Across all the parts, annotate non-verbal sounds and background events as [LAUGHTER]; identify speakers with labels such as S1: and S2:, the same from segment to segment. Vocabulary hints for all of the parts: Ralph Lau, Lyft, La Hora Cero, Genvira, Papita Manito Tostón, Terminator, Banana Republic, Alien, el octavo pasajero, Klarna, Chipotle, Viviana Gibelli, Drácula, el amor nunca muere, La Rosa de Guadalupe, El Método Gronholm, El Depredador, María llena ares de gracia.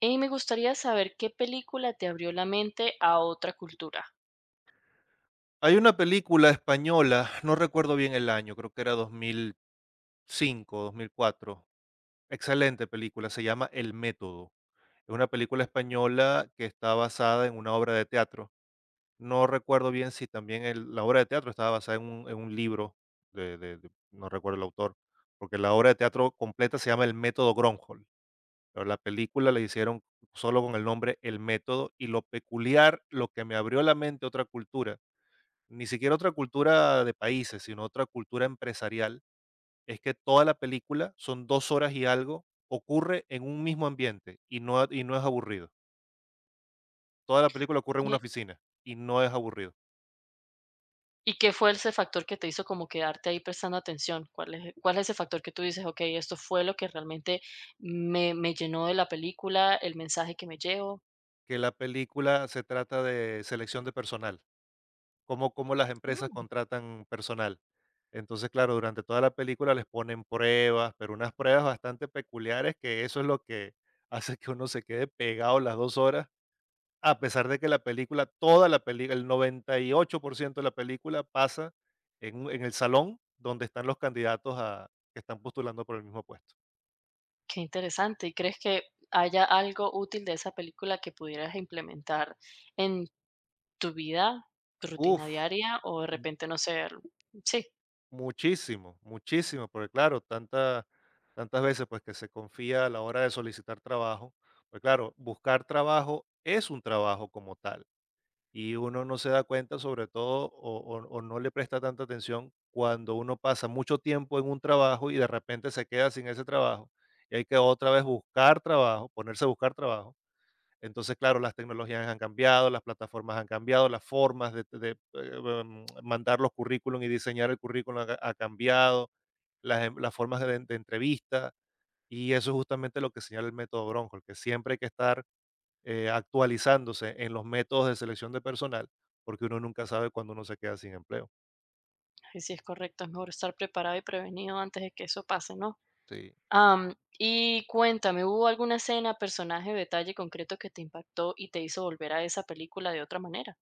S1: Y me gustaría saber qué película te abrió la mente a otra cultura.
S2: Hay una película española, no recuerdo bien el año, creo que era 2005, 2004. Excelente película, se llama El Método. Es una película española que está basada en una obra de teatro. No recuerdo bien si también la obra de teatro estaba basada en un libro, no recuerdo el autor, porque la obra de teatro completa se llama El Método Gronholm, pero la película la hicieron solo con el nombre El Método. Y lo peculiar, lo que me abrió la mente a otra cultura, ni siquiera otra cultura de países, sino otra cultura empresarial, es que toda la película, son 2 horas y algo, ocurre en un mismo ambiente y no es aburrido. Toda la película ocurre en una
S1: Eh,
S2: oficina y no es aburrido.
S1: ¿Y qué fue ese factor que te hizo como quedarte ahí prestando atención? ¿Cuál es ese factor que tú dices, ok, esto fue lo que realmente me llenó de la película, el mensaje que me llevo?
S2: Que la película se trata de selección de personal, cómo las empresas
S1: Mm,
S2: contratan personal. Entonces, claro, durante toda la película les ponen pruebas, pero unas pruebas bastante peculiares, que eso es lo que hace que uno se quede pegado las 2 horas. A pesar de que la película, toda la película, el 98% de la película pasa en un en el salón donde están los candidatos a que están postulando por el mismo puesto.
S1: qué interesante. ¿Y crees que haya algo útil de esa película que pudieras implementar en tu vida, tu rutina
S2: Uf.
S1: diaria, o de
S2: M
S1: repente, no sé, sí,
S2: muchísimo, muchísimo, porque claro, tantas veces, pues, que se confía a la hora de solicitar trabajo, pues claro, buscar trabajo es un trabajo como tal. Y uno no se da cuenta, sobre todo, o no le presta tanta atención cuando uno pasa mucho tiempo en un trabajo y de repente se queda sin ese trabajo y hay que otra vez buscar trabajo, ponerse a buscar trabajo. Entonces, claro, las tecnologías han cambiado, las plataformas han cambiado, las formas de mandar los currículum y diseñar el currículum ha cambiado, las formas de entrevista, y eso es justamente lo que señala el método Bronco, que siempre hay que estar actualizándose en los métodos de selección de personal, porque uno nunca sabe cuándo uno se queda sin empleo.
S1: ahí sí es correcto, es mejor estar preparado y prevenido antes de que eso pase, ¿no?
S2: Sí.
S1: Am, y cuéntame, ¿hubo alguna escena, personaje o detalle concreto que te impactó y te hizo volver a esa película de otra manera?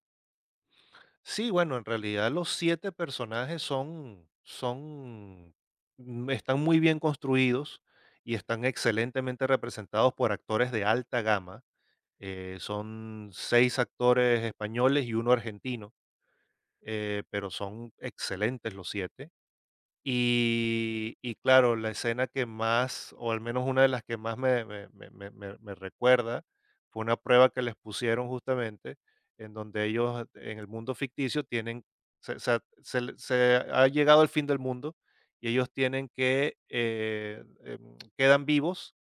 S2: Sí, bueno, en realidad los siete personajes son están muy bien construidos y están excelentemente representados por actores de alta gama. Son seis actores españoles y uno argentino, pero son excelentes los siete. Y claro, la escena que más, o al menos una de las que más me recuerda, fue una prueba que les pusieron justamente, en donde ellos, en el mundo ficticio, tienen, se ha llegado el fin del mundo y ellos tienen que, quedan vivos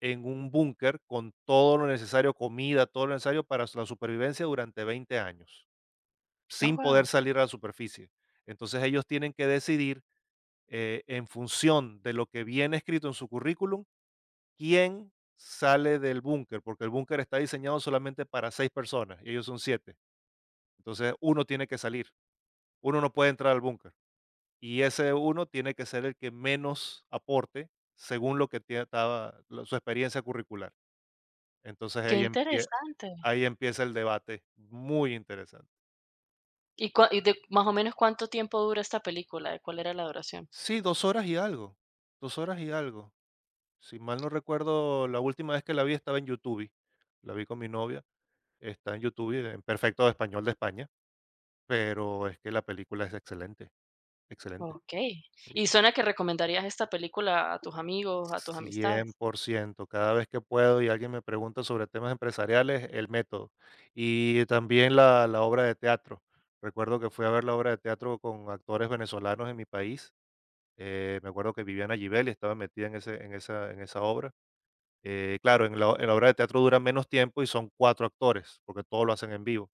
S2: en un búnker con todo lo necesario, comida, todo lo necesario para la supervivencia durante 20 años,
S1: Oh,
S2: sin poder
S1: guau,
S2: salir a la superficie. Entonces, ellos tienen que decidir, en función de lo que viene escrito en su currículum, quién sale del búnker, porque el búnker está diseñado solamente para seis personas y ellos son siete. Entonces uno tiene que salir, uno no puede entrar al búnker y ese uno tiene que ser el que menos aporte según lo que tie- estaba lo- su experiencia curricular. Entonces
S1: qué
S2: ahí, empie-
S1: interesante.
S2: Ahí empieza el debate muy interesante.
S1: ¿Y de más o menos cuánto tiempo dura esta película? ¿De cuál era la duración?
S2: Sí, dos horas y algo, dos horas y algo. Si mal no recuerdo, la última vez que la vi estaba en YouTube, la vi con mi novia. Está en YouTube y en perfecto español de España, pero es que la película es excelente, excelente,
S1: Ok.
S2: sí,
S1: Y suena que recomendarías esta película a tus amigos, a tus
S2: cien
S1: amistades.
S2: por ciento. Cada vez que puedo y alguien me pregunta sobre temas empresariales, El Método. Y también la obra de teatro. Recuerdo que fui a ver la obra de teatro con actores venezolanos en mi país. Me acuerdo que Viviana Gibelli estaba metida en ese en esa obra. Claro, en la obra de teatro dura menos tiempo y son 4 actores, porque todo lo hacen en vivo.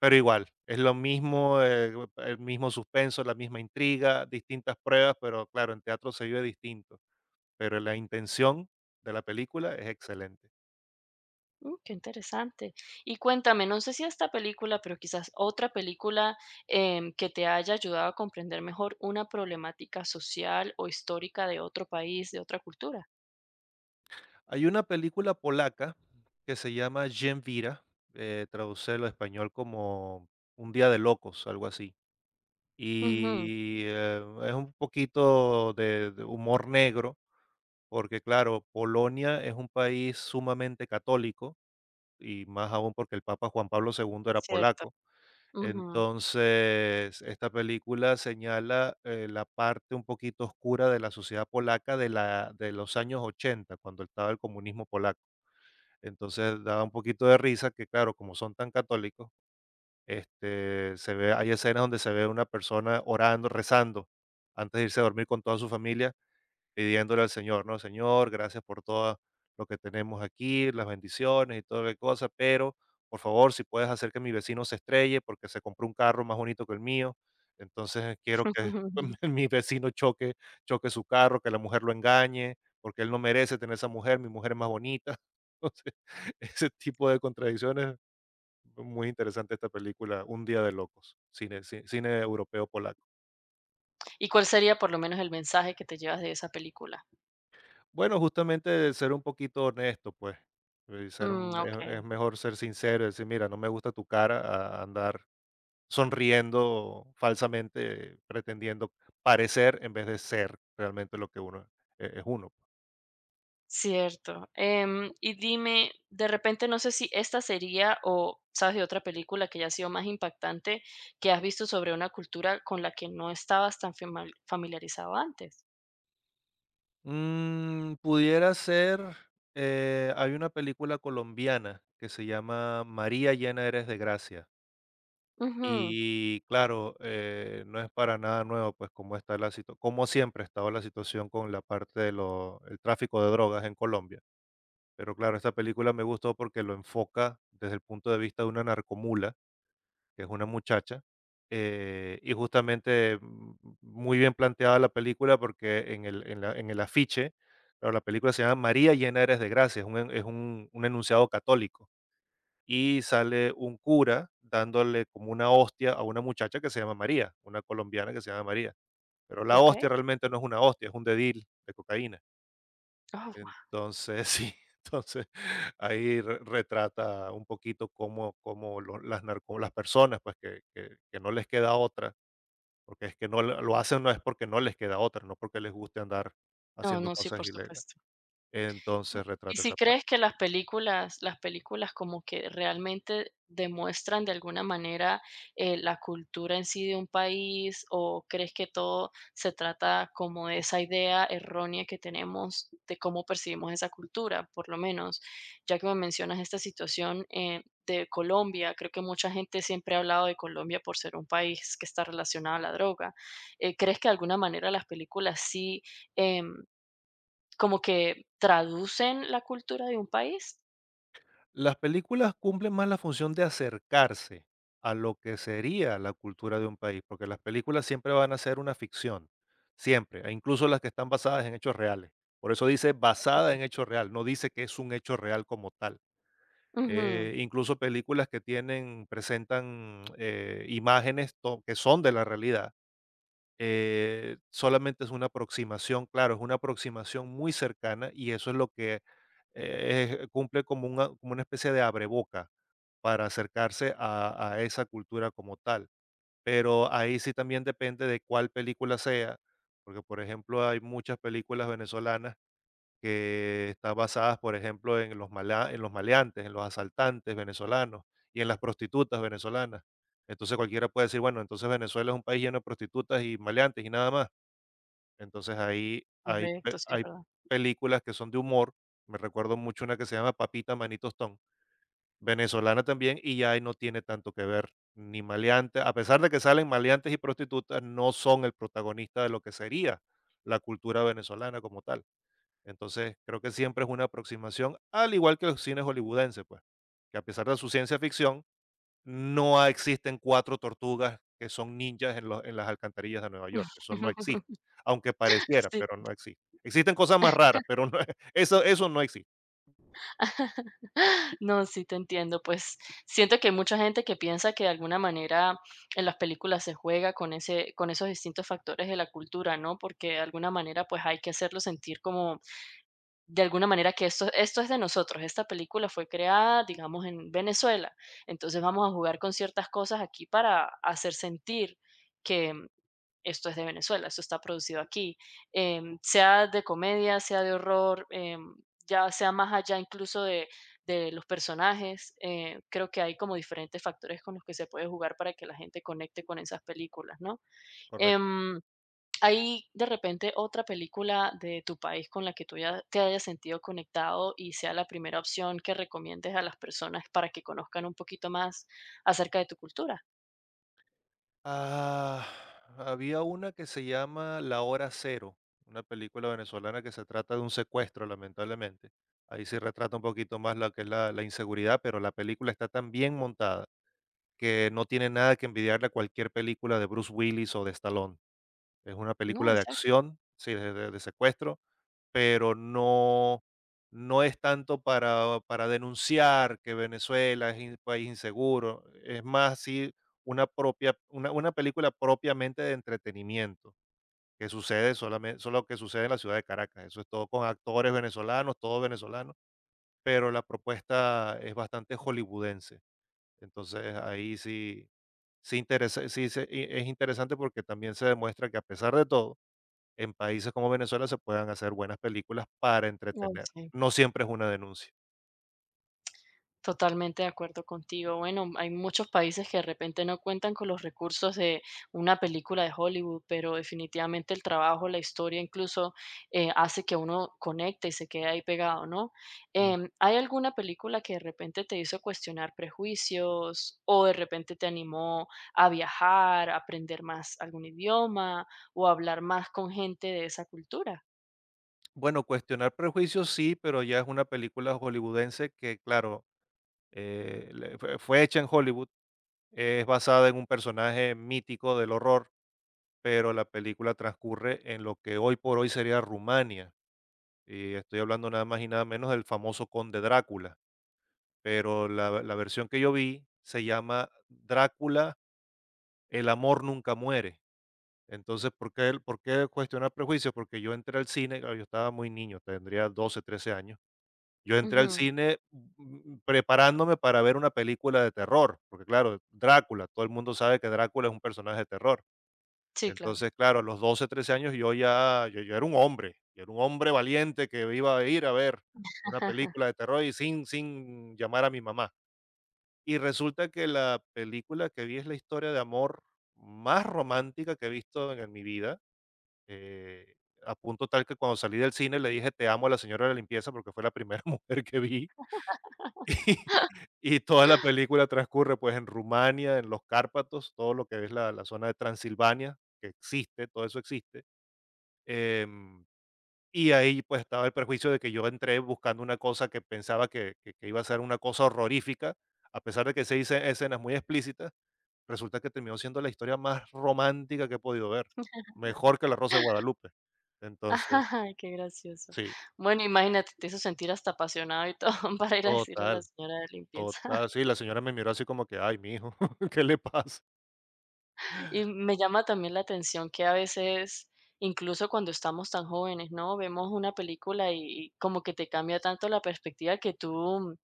S2: Pero igual, es lo mismo, el mismo suspenso, la misma intriga, distintas pruebas, pero claro, en teatro se vive distinto, pero la intención de la película es excelente.
S1: Mm, qué interesante. Y cuéntame, no sé si esta película, pero quizás otra película que te haya ayudado a comprender mejor una problemática social o histórica de otro país, de otra cultura.
S2: Hay una película polaca que se llama Genvira, traducirlo al español como Un día de locos, algo así.
S1: Ujú.
S2: Y, es un poquito de humor negro, porque claro, Polonia es un país sumamente católico, y más aún porque el papa Juan Pablo segundo era
S1: Cierto.
S2: polaco.
S1: Ujú.
S2: Entonces, esta película señala, la parte un poquito oscura de la sociedad polaca de, la, de los años ochenta, cuando estaba el comunismo polaco. Entonces, daba un poquito de risa que, claro, como son tan católicos, este, se ve, hay escenas donde se ve una persona orando, rezando, antes de irse a dormir con toda su familia pidiéndole al Señor, ¿no? Señor, gracias por todo lo que tenemos aquí, las bendiciones y toda la cosa, pero por favor, si puedes hacer que mi vecino se estrelle porque se compró un carro más bonito que el mío, entonces quiero
S1: [LAUGHS]
S2: que
S1: ujú,
S2: [LAUGHS]
S1: ujú.
S2: mi vecino choque, choque su carro, que la mujer lo engañe, porque él no merece tener esa mujer, mi mujer es más bonita. [LAUGHS] Entonces, ese tipo de contradicciones, muy interesante esta película, Un día de locos, cine europeo polaco.
S1: ¿Y cuál sería por lo menos el mensaje que te llevas de esa película?
S2: Bueno, justamente de ser un poquito honesto, pues, ser
S1: Mm,
S2: un es
S1: okey,
S2: mejor ser sincero, decir: "Mira, no me gusta tu cara", a andar sonriendo falsamente, pretendiendo parecer en vez de ser realmente lo que uno es uno.
S1: cierto. Em, y dime, de repente, no sé si esta sería o sabes de otra película que haya sido más impactante que has visto sobre una cultura con la que no estabas tan fema familiarizado antes.
S2: Mm, pudiera ser, hay una película colombiana que se llama María llena eres de gracia.
S1: Ujú,
S2: Y claro, no es para nada nuevo, pues como siempre ha estado la situación con la parte de lo, el tráfico de drogas en Colombia. Pero claro, esta película me gustó porque lo enfoca desde el punto de vista de una narcomula, que es una muchacha, y justamente muy bien planteada la película porque en en el afiche, claro, la película se llama María llena eres de gracia, es un enunciado católico y sale un cura dándole como una hostia a una muchacha que se llama María, una colombiana que se llama María. Pero la hostia
S1: okey.
S2: realmente no es una hostia, es un dedil de cocaína.
S1: Oh, guau.
S2: Entonces, [LAUGHS] sí, entonces retrata un poquito cómo, las personas, pues que no les queda otra, porque es que lo hacen, no es porque no les queda otra, no porque les guste andar
S1: No,
S2: haciendo
S1: no, sí,
S2: cosas
S1: por
S2: ilegales.
S1: supuesto. ¿Y
S2: Entonces
S1: y
S2: retrata
S1: si
S2: esa parte.
S1: crees que las películas como que realmente demuestran de alguna manera, la cultura en sí de un país, o crees que todo se trata como de esa idea errónea que tenemos de cómo percibimos esa cultura? Por lo menos, ya que me mencionas esta situación, de Colombia, creo que mucha gente siempre ha hablado de Colombia por ser un país que está relacionado a la droga, ¿crees que de alguna manera las películas sí, em, como que traducen la cultura de un país?
S2: Las películas cumplen más la función de acercarse a lo que sería la cultura de un país, porque las películas siempre van a ser una ficción, siempre, e incluso las que están basadas en hechos reales. Por eso dice basada
S1: Okey.
S2: en hecho real, no dice que es un hecho real como tal.
S1: Ujú.
S2: Incluso películas que tienen, presentan, que son de la realidad, solamente es una aproximación, claro, es una aproximación muy cercana y eso es lo que cumple como una especie de abreboca para acercarse a esa cultura como tal. Pero ahí sí también depende de cuál película sea, porque por ejemplo hay muchas películas venezolanas que están basadas, por ejemplo, en en los maleantes, en los asaltantes venezolanos y en las prostitutas venezolanas. Entonces cualquiera puede decir, bueno, entonces Venezuela es un país lleno de prostitutas y maleantes y nada más.
S1: Correcto, sí,
S2: Hay
S1: verdad.
S2: películas que son de humor. Me recuerdo mucho una que se llama Papita Manito Tostón, venezolana también, y ya ahí no tiene tanto que ver ni maleantes. A pesar de que salen maleantes y prostitutas, no son el protagonista de lo que sería la cultura venezolana como tal. Entonces, creo que siempre es una aproximación, al igual que los cines hollywoodenses, pues, que a pesar de su ciencia ficción, no ha- existen cuatro tortugas que son ninjas en, en las alcantarillas de Nueva York. Eso no existe,
S1: [LAUGHS]
S2: aunque pareciera,
S1: Sí.
S2: pero no existe. Existen cosas más raras, [LAUGHS] eso no existe,
S1: [LAUGHS] No, sí te entiendo. Pues, siento que hay mucha gente que piensa que de alguna manera en las películas se juega con ese con esos distintos factores de la cultura, ¿no? Porque de alguna manera, pues, hay que hacerlo sentir como de alguna manera que esto es de nosotros. Esta película fue creada, digamos, en Venezuela, entonces vamos a jugar con ciertas cosas aquí para hacer sentir que esto es de Venezuela, esto está producido aquí, em, sea de comedia, sea de horror, ya sea más allá incluso de los personajes, creo que hay como diferentes factores con los que se puede jugar para que la gente conecte con esas películas, ¿no?
S2: correcto.
S1: Em, ¿hay de repente otra película de tu país con la que tú ya te hayas sentido conectado y sea la primera opción que recomiendes a las personas para que conozcan un poquito más acerca de tu cultura?
S2: Ah, había una que se llama La Hora Cero, una película venezolana que se trata de un secuestro, lamentablemente. Ahí se retrata un poquito más lo que es la, la inseguridad, pero la película está tan bien montada que no tiene nada que envidiarle a cualquier película de Bruce Willis o de Stallone. Es una
S1: No,
S2: película
S1: en
S2: de
S1: serio.
S2: acción, sí, de secuestro, pero no, no es tanto para denunciar que Venezuela es un país inseguro. Es más, sí, una película propiamente de entretenimiento que sucede solo que sucede en la ciudad de Caracas. Eso es todo con actores venezolanos, todo venezolano, pero la propuesta es bastante hollywoodense. Entonces ahí sí, sí, interesa sí, se i es interesante porque también se demuestra que a pesar de todo, en países como Venezuela se puedan hacer buenas películas para
S1: Oh,
S2: entretener.
S1: sí.
S2: No siempre es una denuncia.
S1: Totalmente de acuerdo contigo. Bueno, hay muchos países que de repente no cuentan con los recursos de una película de Hollywood, pero definitivamente el trabajo, la historia incluso hace que uno conecte y se quede ahí pegado, ¿no?
S2: Mm,
S1: Em, ¿hay alguna película que de repente te hizo cuestionar prejuicios o de repente te animó a viajar, a aprender más algún idioma o a hablar más con gente de esa cultura?
S2: bueno, cuestionar prejuicios sí, pero ya es una película hollywoodense que, claro, le fue hecha en Hollywood, es basada en un personaje mítico del horror, pero la película transcurre en lo que hoy por hoy sería Rumania, y estoy hablando nada más y nada menos del famoso conde Drácula. Pero la versión que yo vi se llama Drácula, el amor nunca muere. Entonces, ¿por qué cuestionar prejuicios? Porque yo entré al cine, claro, yo estaba muy niño, tendría 12 13 años. Yo entré al
S1: Ujú,
S2: cine, mm, preparándome para ver una película de terror, porque claro, Drácula, todo el mundo sabe que Drácula es un personaje de terror.
S1: sí, claro.
S2: Entonces, claro, a los 12 13 años yo era un hombre, yo era un hombre valiente que iba a ir a ver una película de terror y sin llamar a mi mamá. Y resulta que la película que vi es la historia de amor más romántica que he visto en mi vida. Eh, a punto tal que cuando salí del cine le dije te amo a la señora de la limpieza porque fue la primera [LAUGHS] mujer que vi. [LAUGHS] Y, toda la película transcurre pues en Rumania, en los Cárpatos, todo lo que es la zona de Transilvania, que existe, todo eso existe. Em, y ahí pues estaba el perjuicio de que yo entré buscando una cosa que pensaba que iba a ser una cosa horrorífica, a pesar de que se dice escenas muy explícitas, resulta que terminó siendo la historia más romántica que he podido ver, mejor que La Rosa de Guadalupe. Entonces,
S1: [LAUGHS] Ay, qué gracioso.
S2: sí,
S1: Bueno, imagínate, te hizo sentir hasta apasionado y todo [LAUGHS] para ir a decirle a la
S2: total,
S1: señora de limpieza.
S2: total.
S1: [LAUGHS]
S2: Sí, la señora me miró así como que: "Ay, mijo, [LAUGHS] ¿qué le pasa?".
S1: Y me llama también la atención que a veces, incluso cuando estamos tan jóvenes, ¿no? Vemos una película y como que te cambia tanto la perspectiva que tú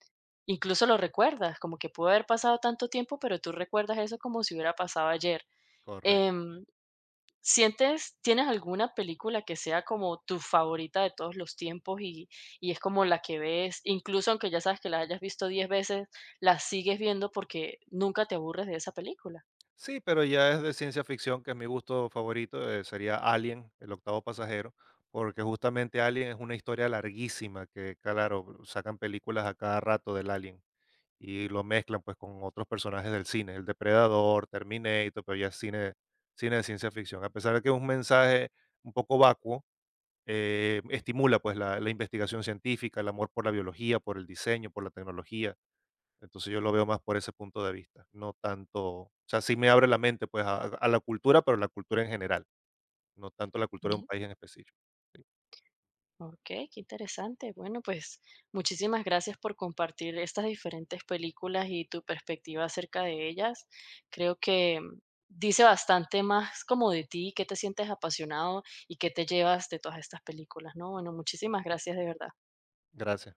S1: incluso lo recuerdas, como que pudo haber pasado tanto tiempo, pero tú recuerdas eso como si hubiera pasado ayer.
S2: Correcto.
S1: Em, ¿sientes tienes alguna película que sea como tu favorita de todos los tiempos y es como la que ves, incluso aunque ya sabes que la hayas visto 10 veces, la sigues viendo porque nunca te aburres de esa película?
S2: Sí, pero ya es de ciencia ficción, que es mi gusto favorito, sería Alien, el octavo pasajero, porque justamente Alien es una historia larguísima que, claro, sacan películas a cada rato del Alien. Y lo mezclan, pues, con otros personajes del cine, El Depredador, Terminator, pero ya es cine de ciencia ficción. A pesar de que es un mensaje un poco vacuo, estimula, pues, la investigación científica, el amor por la biología, por el diseño, por la tecnología. Entonces, yo lo veo más por ese punto de vista, no tanto, o sea, sí me abre la mente, pues, a la cultura, pero la cultura en general. No tanto la cultura de un
S1: Mm,
S2: país en específico. Sí.
S1: okey, qué interesante. Bueno, pues, muchísimas gracias por compartir estas diferentes películas y tu perspectiva acerca de ellas. Creo que mm, dice bastante más como de ti, qué te sientes apasionado y qué te llevas de todas estas películas, ¿no? Bueno, muchísimas gracias, de verdad.
S2: Gracias.